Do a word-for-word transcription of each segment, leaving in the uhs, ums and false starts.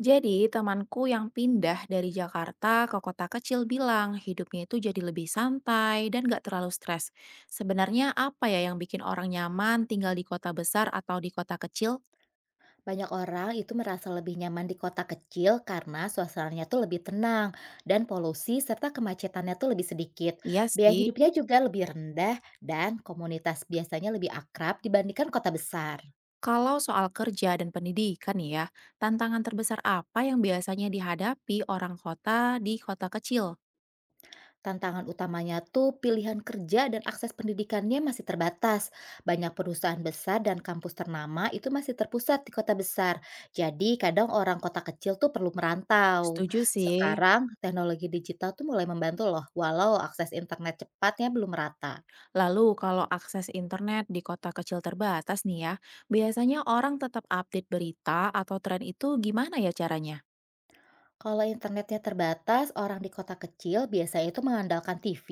Jadi, temanku yang pindah dari Jakarta ke kota kecil bilang hidupnya itu jadi lebih santai dan gak terlalu stres. Sebenarnya apa ya yang bikin orang nyaman tinggal di kota besar atau di kota kecil? Banyak orang itu merasa lebih nyaman di kota kecil karena suasananya tuh lebih tenang dan polusi serta kemacetannya tuh lebih sedikit. Iya Biaya sih, hidupnya juga lebih rendah dan komunitas biasanya lebih akrab dibandingkan kota besar. kalau soal kerja dan pendidikan nih ya, tantangan terbesar apa yang biasanya dihadapi orang kota di kota kecil? Tantangan utamanya tuh pilihan kerja dan akses pendidikannya masih terbatas. Banyak perusahaan besar dan kampus ternama itu masih terpusat di kota besar. Jadi kadang orang kota kecil tuh perlu merantau. Setuju sih. Sekarang teknologi digital tuh mulai membantu loh, walau akses internet cepatnya belum merata. Lalu kalau akses internet di kota kecil terbatas nih ya, biasanya orang tetap update berita atau tren itu gimana ya caranya? Kalau internetnya terbatas, orang di kota kecil biasanya itu mengandalkan T V,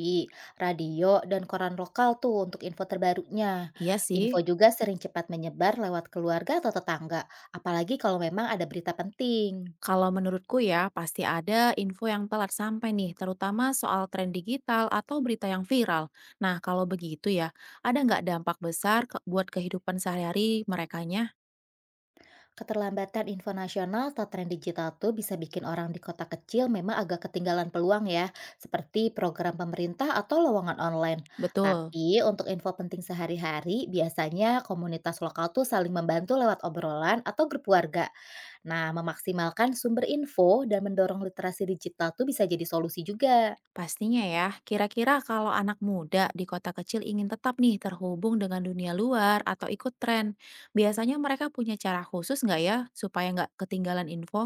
radio, dan koran lokal tuh untuk info terbarunya. Iya Info sih, juga sering cepat menyebar lewat keluarga atau tetangga, apalagi kalau memang ada berita penting. kalau menurutku ya pasti ada info yang telat sampai nih, terutama soal tren digital atau berita yang viral. Nah, kalau begitu ya, ada nggak dampak besar ke- buat kehidupan sehari-hari merekanya? Keterlambatan info nasional atau tren digital tuh bisa bikin orang di kota kecil memang agak ketinggalan peluang ya, seperti program pemerintah atau lowongan online. Betul, Tapi untuk info penting sehari-hari, biasanya komunitas lokal tuh saling membantu lewat obrolan atau grup warga. Nah, memaksimalkan sumber info dan mendorong literasi digital tuh bisa jadi solusi juga. pastinya ya. Kira-kira kalau anak muda di kota kecil ingin tetap nih terhubung dengan dunia luar atau ikut tren, biasanya mereka punya cara khusus nggak ya supaya nggak ketinggalan info?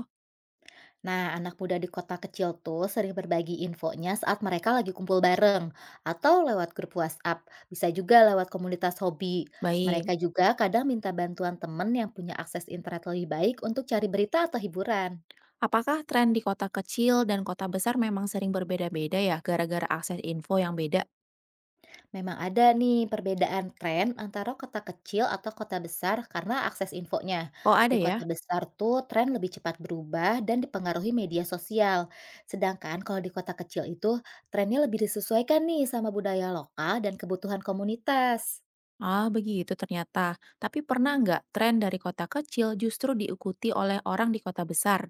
Nah, anak muda di kota kecil tuh sering berbagi infonya saat mereka lagi kumpul bareng atau lewat grup WhatsApp, bisa juga lewat komunitas hobi. Baik. Mereka juga kadang minta bantuan temen yang punya akses internet lebih baik untuk cari berita atau hiburan. Apakah tren di kota kecil dan kota besar memang sering berbeda-beda ya gara-gara akses info yang beda? Memang ada nih perbedaan tren antara kota kecil atau kota besar karena akses infonya. Oh ada Di kota ya? besar tuh tren lebih cepat berubah dan dipengaruhi media sosial. Sedangkan kalau di kota kecil itu trennya lebih disesuaikan nih sama budaya lokal dan kebutuhan komunitas. Ah begitu ternyata. Tapi pernah nggak tren dari kota kecil justru diikuti oleh orang di kota besar?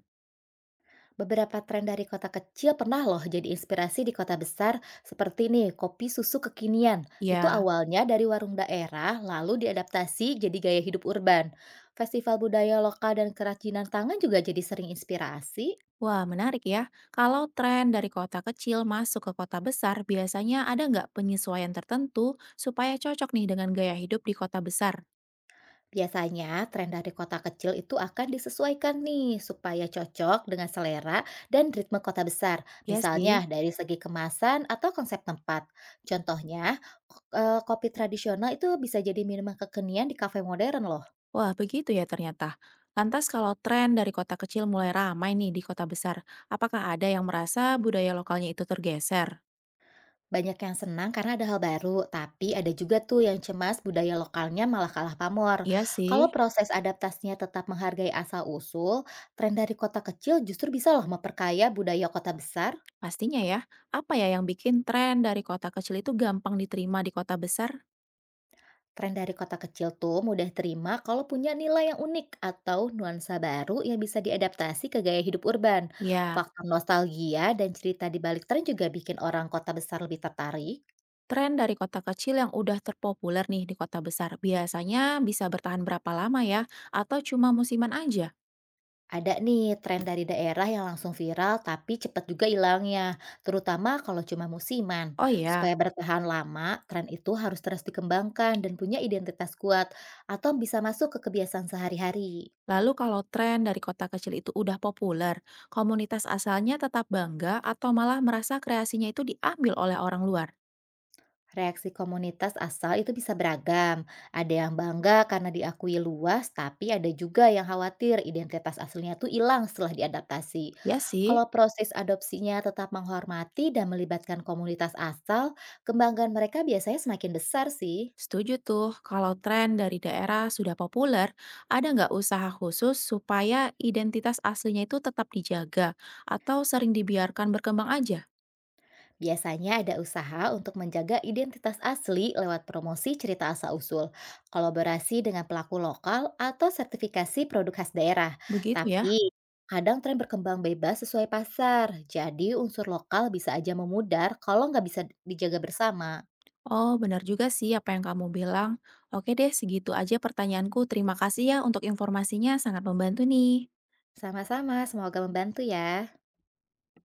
Beberapa tren dari kota kecil pernah loh jadi inspirasi di kota besar, seperti nih kopi susu kekinian. Itu Ya, awalnya dari warung daerah, lalu diadaptasi jadi gaya hidup urban. Festival budaya lokal dan kerajinan tangan juga jadi sering inspirasi. wah menarik ya. Kalau tren dari kota kecil masuk ke kota besar, biasanya ada nggak penyesuaian tertentu supaya cocok nih dengan gaya hidup di kota besar? Biasanya, tren dari kota kecil itu akan disesuaikan nih supaya cocok dengan selera dan ritme kota besar. Ya sih. Misalnya dari segi kemasan atau konsep tempat. Contohnya, ko- eh, kopi tradisional itu bisa jadi minuman kekinian di kafe modern loh. Wah, begitu ya ternyata. Lantas kalau tren dari kota kecil mulai ramai nih di kota besar, apakah ada yang merasa budaya lokalnya itu tergeser? Banyak yang senang karena ada hal baru, tapi ada juga tuh yang cemas budaya lokalnya malah kalah pamor. Iya Kalau sih, proses adaptasinya tetap menghargai asal-usul, tren dari kota kecil justru bisa loh memperkaya budaya kota besar. pastinya ya. Apa ya yang bikin tren dari kota kecil itu gampang diterima di kota besar? Tren dari kota kecil tuh mudah terima kalau punya nilai yang unik atau nuansa baru yang bisa diadaptasi ke gaya hidup urban. Ya, Faktor nostalgia dan cerita di balik tren juga bikin orang kota besar lebih tertarik. tren dari kota kecil yang udah terpopuler nih di kota besar biasanya bisa bertahan berapa lama ya? Atau cuma musiman aja? Ada nih tren dari daerah yang langsung viral tapi cepat juga hilangnya, terutama kalau cuma musiman. Oh ya, Supaya bertahan lama, tren itu harus terus dikembangkan dan punya identitas kuat atau bisa masuk ke kebiasaan sehari-hari. lalu kalau tren dari kota kecil itu udah populer, komunitas asalnya tetap bangga atau malah merasa kreasinya itu diambil oleh orang luar? Reaksi komunitas asal itu bisa beragam. Ada yang bangga karena diakui luas, tapi ada juga yang khawatir identitas aslinya tuh hilang setelah diadaptasi. Ya sih, Kalau proses adopsinya tetap menghormati dan melibatkan komunitas asal, kebanggaan mereka biasanya semakin besar sih. setuju tuh kalau tren dari daerah sudah populer, ada nggak usaha khusus supaya identitas aslinya itu tetap dijaga atau sering dibiarkan berkembang aja? Biasanya ada usaha untuk menjaga identitas asli lewat promosi cerita asal-usul, kolaborasi dengan pelaku lokal, atau sertifikasi produk khas daerah. Begitu ya? Tapi, kadang tren berkembang bebas sesuai pasar, jadi unsur lokal bisa aja memudar kalau nggak bisa dijaga bersama. Oh, benar juga sih apa yang kamu bilang. Oke deh, segitu aja pertanyaanku. Terima kasih ya untuk informasinya, sangat membantu nih. Sama-sama, semoga membantu ya.